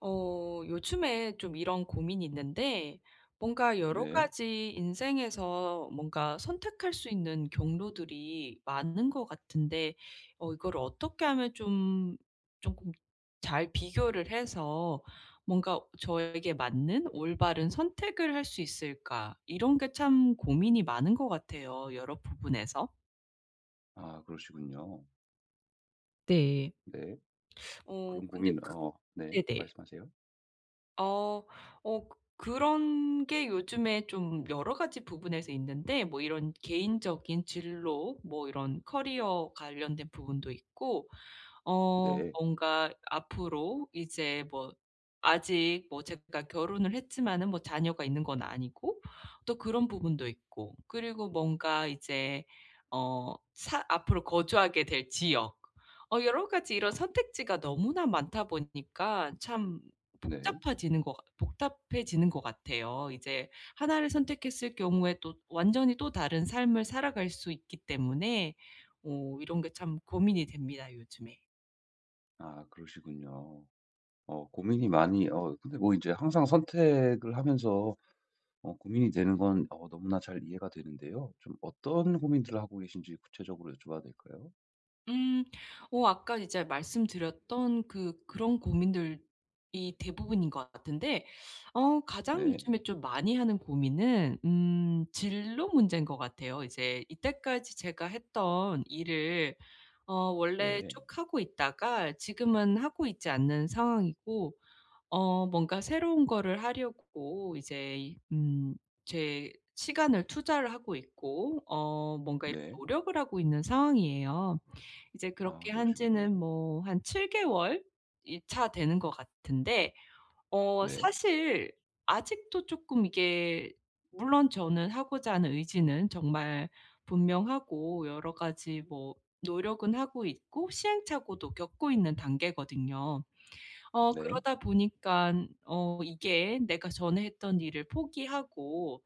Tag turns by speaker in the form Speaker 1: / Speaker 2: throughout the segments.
Speaker 1: 요즘에 좀 이런 고민이 있는데, 뭔가, 네. 여러
Speaker 2: 네.
Speaker 1: 가지 인생에서 뭔가 선택할 수 있는 경로들이 많은 것 같은데, 이걸 어떻게 하면 좀, 조금 잘 비교를 해서 뭔가 저에게 맞는 올바른 선택을 할 수 있을까? 이런 게 참 고민이 많은 것 같아요. 여러 부분에서.
Speaker 2: 아 그러시군요.
Speaker 1: 네.
Speaker 2: 네. 그런
Speaker 1: 근데
Speaker 2: 고민
Speaker 1: 그,
Speaker 2: 네.
Speaker 1: 네네.
Speaker 2: 말씀하세요.
Speaker 1: 어. 어 그런 게 요즘에 좀 여러 가지 부분에서 있는데, 뭐 이런 개인적인 진로, 뭐 이런 커리어 관련된 부분도 있고,
Speaker 2: 네.
Speaker 1: 뭔가 앞으로 이제, 뭐 아직, 뭐 제가 결혼을 했지만은 뭐 자녀가 있는 건 아니고, 또 그런 부분도 있고, 그리고 뭔가 이제 어 사 앞으로 거주하게 될 지역, 여러 가지 이런 선택지가 너무나 많다 보니까, 참
Speaker 2: 네.
Speaker 1: 복잡해지는 것 같아요, 이제. 하나를 선택했을 경우에 또 완전히 또 다른 삶을 살아갈 수 있기 때문에, 이런 게 참 고민이 됩니다, 요즘에.
Speaker 2: 아 그러시군요. 어 고민이 많이 어 근데 뭐 이제 항상 선택을 하면서 고민이 되는 건 너무나 잘 이해가 되는데요. 좀 어떤 고민들을 하고 계신지 구체적으로 여쭤봐도 될까요?
Speaker 1: 음. 아까 이제 말씀드렸던 그런 고민들이 대부분인 것 같은데, 가장
Speaker 2: 네.
Speaker 1: 요즘에 좀 많이 하는 고민은 진로 문제인 것 같아요. 이제 이때까지 제가 했던 일을 원래
Speaker 2: 네.
Speaker 1: 쭉 하고 있다가 지금은 하고 있지 않는 상황이고, 뭔가 새로운 거를 하려고 이제 제 시간을 투자를 하고 있고, 뭔가 이렇게
Speaker 2: 네.
Speaker 1: 노력을 하고 있는 상황이에요. 이제
Speaker 2: 아
Speaker 1: 그렇게 한
Speaker 2: 그러시군요.
Speaker 1: 지는 뭐 한 7개월 이 차 되는 것 같은데,
Speaker 2: 네.
Speaker 1: 사실 아직도 쪼끔 이게, 물론 저는 하고자 하는 의지는 정말 분명하고, 여러 가지 뭐 노력은 하고 있고, 시행착오도 겪고 있는 단계거든요.
Speaker 2: 네.
Speaker 1: 그러다 보니까, 이게 내가 전에 했던 일을 포기하고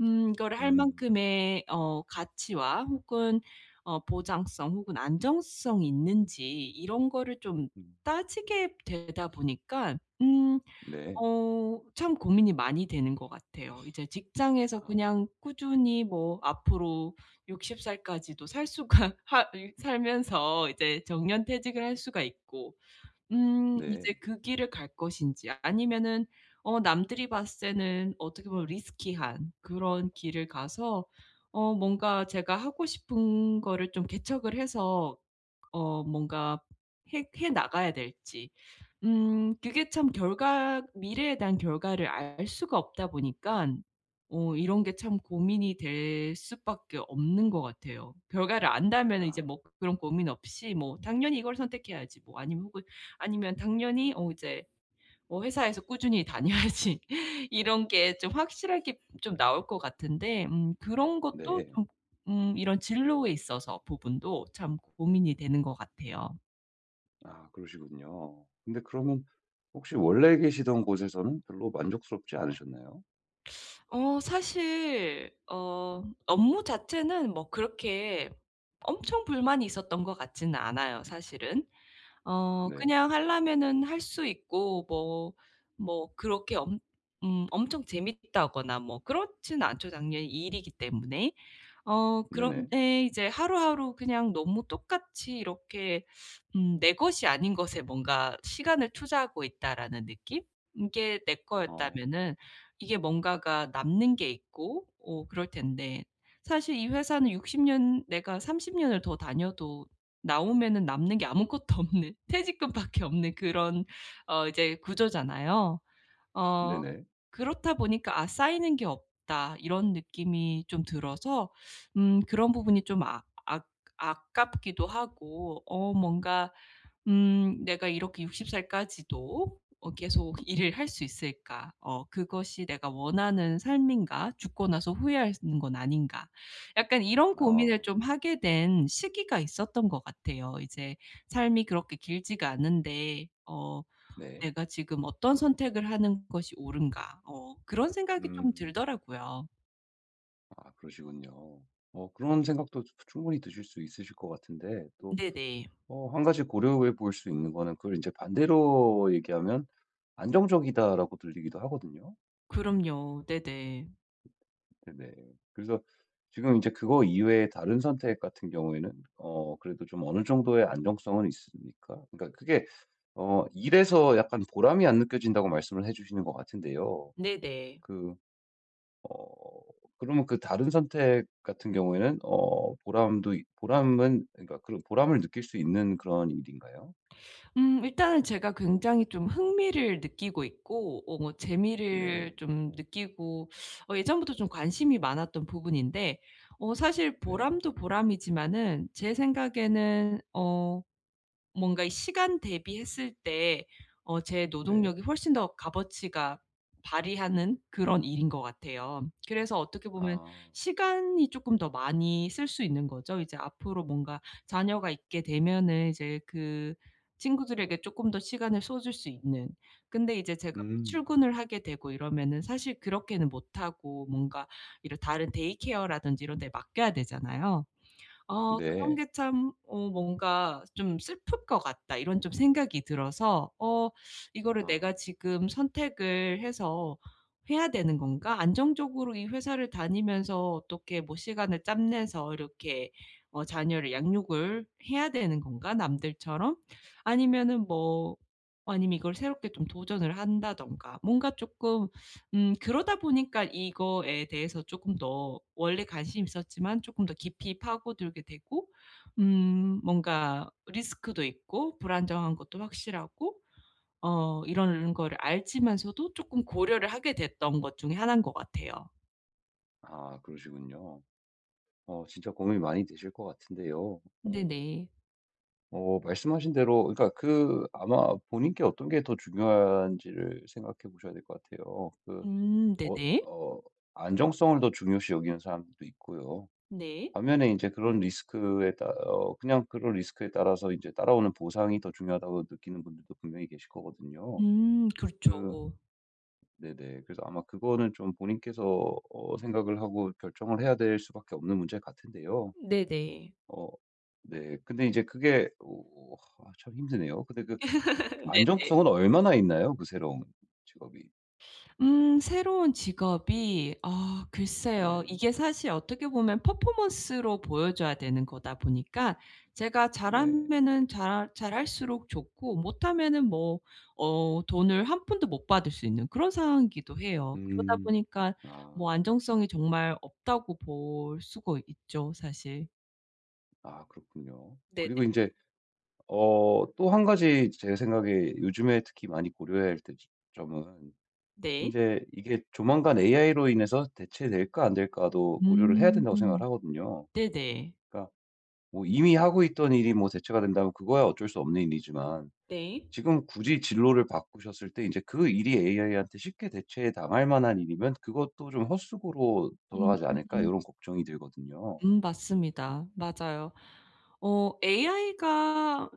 Speaker 1: 이거를 할
Speaker 2: 음.
Speaker 1: 만큼의 가치와, 혹은 보장성, 혹은 안정성이 있는지, 이런 거를 좀
Speaker 2: 음.
Speaker 1: 따지게 되다 보니까,
Speaker 2: 네.
Speaker 1: 참 고민이 많이 되는 것 같아요. 이제 직장에서
Speaker 2: 아.
Speaker 1: 그냥 꾸준히 뭐 앞으로 60살까지도 살 수가 하 살면서 이제 정년퇴직을 할 수가 있고,
Speaker 2: 네.
Speaker 1: 이제 그 길을 갈 것인지, 아니면은 남들이 봤을 때는 어떻게 보면 리스키한 그런 길을 가서 뭔가 제가 하고 싶은 거를 좀 개척을 해서 뭔가 해 나가야 될지. 그게 참, 결과 미래에 대한 결과를 알 수가 없다 보니깐 이런 게 참 고민이 될 수밖에 없는 것 같아요. 결과를 안다면은, 이제
Speaker 2: 아.
Speaker 1: 뭐 그런 고민 없이, 뭐 '당연히 이걸 선택해야지.', 뭐 아니면 당연히 이제 뭐 '회사에서 꾸준히 다녀야지.' 이런 게 좀 확실하게 좀 나올 것 같은데. 그런 것도
Speaker 2: 네.
Speaker 1: 좀, 이런 진로에 있어서 부분도 참 고민이 되는 것 같아요.
Speaker 2: 아 그러시군요. 근데 그러면 혹시 원래 계시던 곳에서는 별로 만족스럽지 않으셨나요?
Speaker 1: 사실 업무 자체는 뭐 그렇게 엄청 불만이 있었던 것 같지는 않아요, 사실은.
Speaker 2: 네.
Speaker 1: 그냥 하려면은 할 수 있고, 뭐 그렇게 엄 엄청 재밌다거나 뭐 그렇진 않죠, 당연히 일이기 때문에.
Speaker 2: 네네.
Speaker 1: 그런데 이제 하루하루 그냥 너무 똑같이 이렇게, '내 것이 아닌 것에 뭔가 시간을 투자하고 있다.'라는 느낌? 이게 내
Speaker 2: 어.
Speaker 1: 거였다면은, 이게 뭔가가 남는 게 있고 그럴 텐데, 사실 이 회사는 60년, 내가 30년을 더 다녀도 나오면은 남는 게 아무것도 없는 퇴직금밖에 없는 그런 이제 구조잖아요. 어
Speaker 2: 네네.
Speaker 1: 그렇다 보니까 '아, 쌓이는 게 없다.' 이런 느낌이 좀 들어서 그런 부분이 좀 아깝기도 하고, 뭔가 '내가 이렇게 60살까지도 계속 일을 할 수 있을까? 그것이 내가 원하는 삶인가? 죽고 나서 후회하는 건 아닌가?' 약간 이런
Speaker 2: 아.
Speaker 1: 고민을 좀 하게 된 시기가 있었던 것 같아요. 이제 삶이 그렇게 길지가 않은데,
Speaker 2: 네.
Speaker 1: '내가 지금 어떤 선택을 하는 것이 옳은가.' 그런 생각이 좀
Speaker 2: 음.
Speaker 1: 들더라고요.
Speaker 2: 아 그러시군요. 그런 생각도 충분히 드실 수 있으실 것 같은데 또
Speaker 1: 네네.
Speaker 2: 한 가지 고려해 볼 수 있는 거는 그걸 이제 반대로 얘기하면 "안정적이다."라고 들리기도 하거든요.
Speaker 1: 그럼요, 네네.
Speaker 2: 네, 그래서 지금 이제 그거 이외에 다른 선택 같은 경우에는 그래도 좀 어느 정도의 안정성은 있으니까 그러니까 그게 일에서 약간 보람이 안 느껴진다고 말씀을 해 주시는 것 같은데요.
Speaker 1: 네네.
Speaker 2: 그 어 그러면 그 다른 선택 같은 경우에는 보람도 이 보람은 그러니까 그런 보람을 느낄 수 있는 그런 일인가요?
Speaker 1: 일단은 제가 굉장히 좀 흥미를 느끼고 있고, 뭐
Speaker 2: 네.
Speaker 1: 재미를 좀 느끼고, 예전부터 좀 관심이 많았던 부분인데, 사실
Speaker 2: 네.
Speaker 1: 보람도 보람이지만은, 제 생각에는 뭔가 이 시간 대비했을 때 제
Speaker 2: 네.
Speaker 1: 노동력이 훨씬 더 값어치가 발휘하는 그런 일인 것 같아요. 그래서 어떻게 보면
Speaker 2: 아.
Speaker 1: 시간이 조금 더 많이 쓸 수 있는 거죠. 이제 앞으로, 뭔가 자녀가 있게 되면은 이제 그 친구들에게 조금 더 시간을 쏟을 수 있는. 근데 이제 제가 뭐
Speaker 2: 음.
Speaker 1: 출근을 하게 되고 이러면은 사실 그렇게는 못 하고, 뭔가 이런 다른 데이케어라든지 이런 데 맡겨야 되잖아요. 그런
Speaker 2: 네.
Speaker 1: 게 참 뭔가 좀 '슬플 것 같다.' 이런 좀 생각이 들어서, 이거를 내가
Speaker 2: 아.
Speaker 1: 지금 선택을 해서 해야 되는 건가? 안정적으로 이 회사를 다니면서 어떻게 뭐 시간을 짬 내서 이렇게 자녀를 양육을 해야 되는 건가, 남들처럼? 아니면은 뭐, 아니면 이걸 새롭게 좀 도전을 한다든가, 뭔가 조금.' 그러다 보니까 이거에 대해서 조금 더, 원래 관심이 있었지만 조금 더 깊이 파고들게 되고, 뭔가 리스크도 있고 불안정한 것도 확실하고, 이런 거를 알지만서도 조금 고려를 하게 됐던 것 중에 하나인 것 같아요.
Speaker 2: 아 그러시군요. 진짜 고민이 많이 되실 것 같은데요.
Speaker 1: 네네.
Speaker 2: 말씀하신 대로 그러니까 그 아마 본인께 어떤 게 더 중요한지를 생각해 보셔야 될 것 같아요.
Speaker 1: 음,
Speaker 2: 어
Speaker 1: 네네.
Speaker 2: 어 안정성을 더 중요시 여기는 사람들도 있고요.
Speaker 1: 네.
Speaker 2: 반면에 이제 그런 리스크에 따 어 그냥 그런 리스크에 따라서 이제 따라오는 보상이 더 중요하다고 느끼는 분들도 분명히 계실 거거든요.
Speaker 1: 음, 그렇죠.
Speaker 2: 그 네네. 그래서 아마 그거는 좀 본인께서 생각을 하고 결정을 해야 될 수밖에 없는 문제 같은데요.
Speaker 1: 네네.
Speaker 2: 어 네. 근데 이제 그게 오 아 참 힘드네요. 근데 그
Speaker 1: 네네.
Speaker 2: 안정성은 얼마나 있나요? 그 새로운 직업이?
Speaker 1: 새로운 직업이, 아, 글쎄요.
Speaker 2: 네.
Speaker 1: 이게 사실 어떻게 보면 퍼포먼스로 보여줘야 되는 거다 보니까, 제가
Speaker 2: 네.
Speaker 1: 잘하면은 잘 잘할수록 좋고, 못하면은 뭐 돈을 한 푼도 못 받을 수 있는 그런 상황이기도 해요. 그러다
Speaker 2: 음.
Speaker 1: 보니까
Speaker 2: 아.
Speaker 1: 뭐 안정성이 정말 없다고 볼 수가 있죠, 사실.
Speaker 2: 아 그렇군요.
Speaker 1: 네네.
Speaker 2: 그리고 이제 또 한 가지 제 생각에 요즘에 특히 많이 고려해야 할 점은 이
Speaker 1: 네.
Speaker 2: 제 이게 조만간 AI로 인해서 대체될까 안 될까도 고려를 해야 된다고 생각을
Speaker 1: 음,
Speaker 2: 하거든요.
Speaker 1: 네네.
Speaker 2: 그러니까 뭐 이미 하고 있던 일이 뭐 대체가 된다면 그거야 어쩔 수 없는 일이지만
Speaker 1: 네.
Speaker 2: 지금 굳이 진로를 바꾸셨을 때 이제 그 일이 AI한테 쉽게 대체 당할 만한 일이면 그것도 좀 헛수고로 돌아가지 않을까 이
Speaker 1: 음.
Speaker 2: 런 걱정이 들거든요.
Speaker 1: 음, 맞습니다. 맞아요. AI가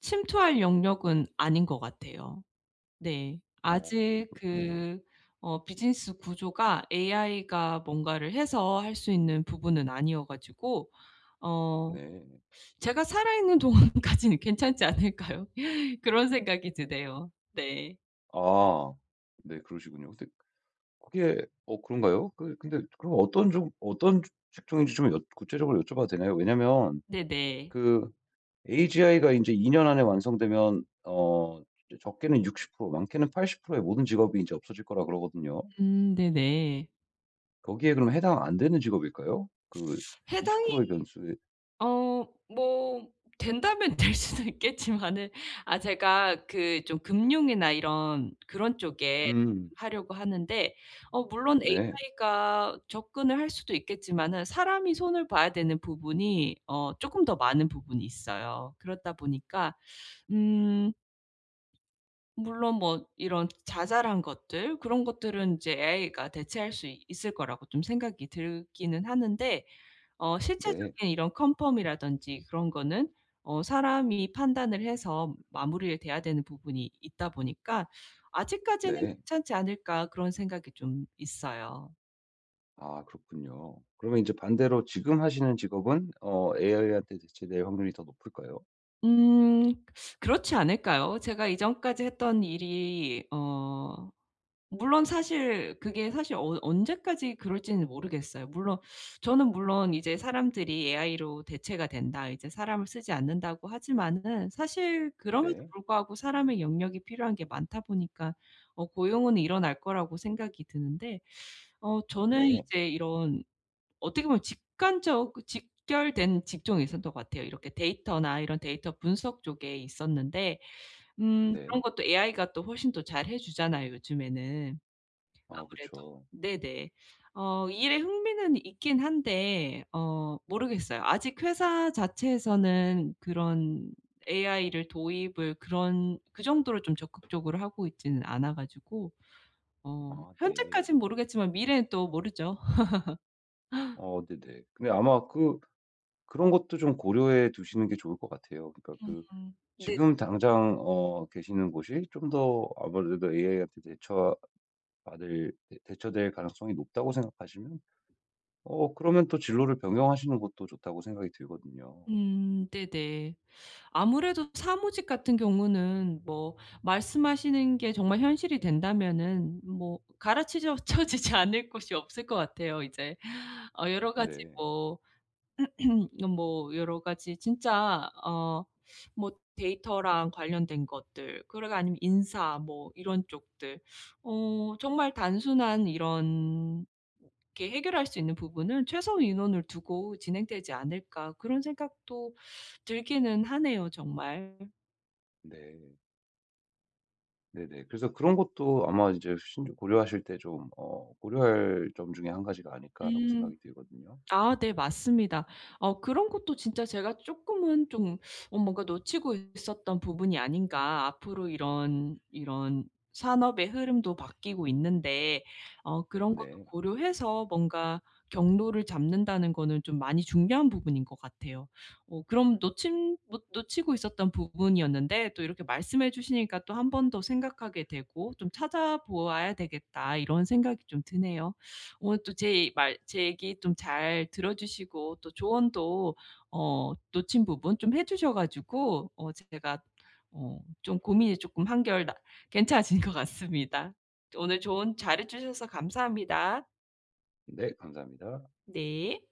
Speaker 1: 침투할 영역은 아닌 것 같아요. 네. 아직
Speaker 2: 그렇군요.
Speaker 1: 비즈니스 구조가 AI가 뭔가를 해서 할 수 있는 부분은 아니어 가지고, 어
Speaker 2: 네.
Speaker 1: 제가 살아있는 동안까지는 괜찮지 않을까요? 그런 생각이 드네요. 네.
Speaker 2: 아 네 그러시군요. 근데 그게 그런가요? 근데 그럼 어떤 직종인지 좀 여 구체적으로 여쭤봐도 되나요? 왜냐면
Speaker 1: 네네.
Speaker 2: 그 AGI가 이제2년 안에 완성되면 적게는 60% 많게는 80%의 모든 직업이 이제 없어질 거라 그러거든요.
Speaker 1: 음, 네네.
Speaker 2: 거기에 그럼 해당 안 되는 직업일까요? 그 20%
Speaker 1: 해당이
Speaker 2: 의 변수에
Speaker 1: 뭐 된다면 될 수는 있겠지만은, 아, 제가 그 좀 금융이나 이런 그런 쪽에
Speaker 2: 음.
Speaker 1: 하려고 하는데, 물론
Speaker 2: 네.
Speaker 1: AI가 접근을 할 수도 있겠지만은 사람이 손을 봐야 되는 부분이 쪼끔 더 많은 부분이 있어요. 그렇다 보니까, 음 물론 뭐 이런 자잘한 것들, 그런 것들은 이제 AI가 대체할 수 있을 거라고 좀 생각이 들기는 하는데,
Speaker 2: 네.
Speaker 1: 실질적인 이런 컨펌이라든지 그런 거는 사람이 판단을 해서 마무리를 돼야 되는 부분이 있다 보니까, '아직까지는
Speaker 2: 네.
Speaker 1: 괜찮지 않을까.' 그런 생각이 좀 있어요.
Speaker 2: 아 그렇군요. 그러면 인제 반대로 지금 하시는 직업은 AI한테 대체될 확률이 더 높을까요?
Speaker 1: 음 그렇지 않을까요? 제가 이전까지 했던 일이 물론, 사실 그게 사실 언제까지 그럴지는 모르겠어요. 물론 저는, 물론 이제 사람들이 "AI로 대체가 된다. 이제 사람을 쓰지 않는다."고 하지만은, 사실 그럼에도
Speaker 2: 네.
Speaker 1: 불구하고 사람의 영역이 필요한 게 많다 보니까 고용은 일어날 거라고 생각이 드는데, 저는
Speaker 2: 네.
Speaker 1: 이제 이런 어떻게 보면 직관적 직결된 직종이 있었던 것 같아요. 이렇게 데이터나 이런 데이터 분석 쪽에 있었는데,
Speaker 2: 네.
Speaker 1: 그런 것도 AI가 또 훨씬 더 잘해 주잖아요, 요즘에는.
Speaker 2: 아
Speaker 1: 아무래도.
Speaker 2: 그쵸.
Speaker 1: 네네. 일에 흥미는 있긴 한데, 모르겠어요. 아직 회사 자체에서는 그런 AI를 도입을, 그런 그 정도로 좀 적극적으로 하고 있지는 않아 가지고,
Speaker 2: 아 네.
Speaker 1: 현재까진 모르겠지만 미래는 또 모르죠.
Speaker 2: 네네. 근데 아마 그런 것도 좀 고려해 두시는 게 좋을 것 같아요. 그러니까
Speaker 1: 음. 네.
Speaker 2: 지금 당장 계시는 곳이 좀 더 아무래도 AI한테 대처받을 대 대처될 가능성이 높다고 생각하시면 그러면 또 진로를 변경하시는 것도 좋다고 생각이 들거든요.
Speaker 1: 음, 네네. 아무래도 사무직 같은 경우는, 뭐 말씀하시는 게 정말 현실이 된다면은, 뭐 갈아치져 쳐지지 않을 곳이 없을 것 같아요. 이제 어 여러 가지
Speaker 2: 네.
Speaker 1: 뭐 여러 가지 진짜 뭐 데이터랑 관련된 것들, 그리고 아니면 인사, 뭐 이런 쪽들, 정말 단순한 이런 이렇게 해결할 수 있는 부분은, '최소 인원을 두고 진행되지 않을까.' 그런 생각도 들기는 하네요, 정말.
Speaker 2: 네. 네네. 그래서 그런 것도 아마 이제 신 고려하실 때 좀 고려할 점 중에 한 가지가 아닐까라고
Speaker 1: 음,
Speaker 2: 생각이 들거든요.
Speaker 1: 아, 네, 맞습니다. 그런 것도 진짜 제가 쪼끔은 좀 뭔가 놓치고 있었던 부분이 아닌가. 앞으로 이런 산업의 흐름도 바뀌고 있는데, 그런 것도
Speaker 2: 네.
Speaker 1: 고려해서 뭔가 경로를 잡는다는 거는 좀 많이 중요한 부분인 것 같아요. 그럼, 놓친 못 놓치고 있었던 부분이었는데, 또 이렇게 말씀해 주시니까 또 한 번 더 생각하게 되고, 좀 '찾아 보아야 되겠다.' 이런 생각이 좀 드네요. 오늘 또 제 얘기 좀 잘 들어 주시고, 또 조언도 놓친 부분 좀 해 주셔 가지고, 제가 좀 고민이 조금 한결 나 괜찮아진 것 같습니다. 오늘 조언 잘해 주셔서 감사합니다.
Speaker 2: 네, 감사합니다.
Speaker 1: 네.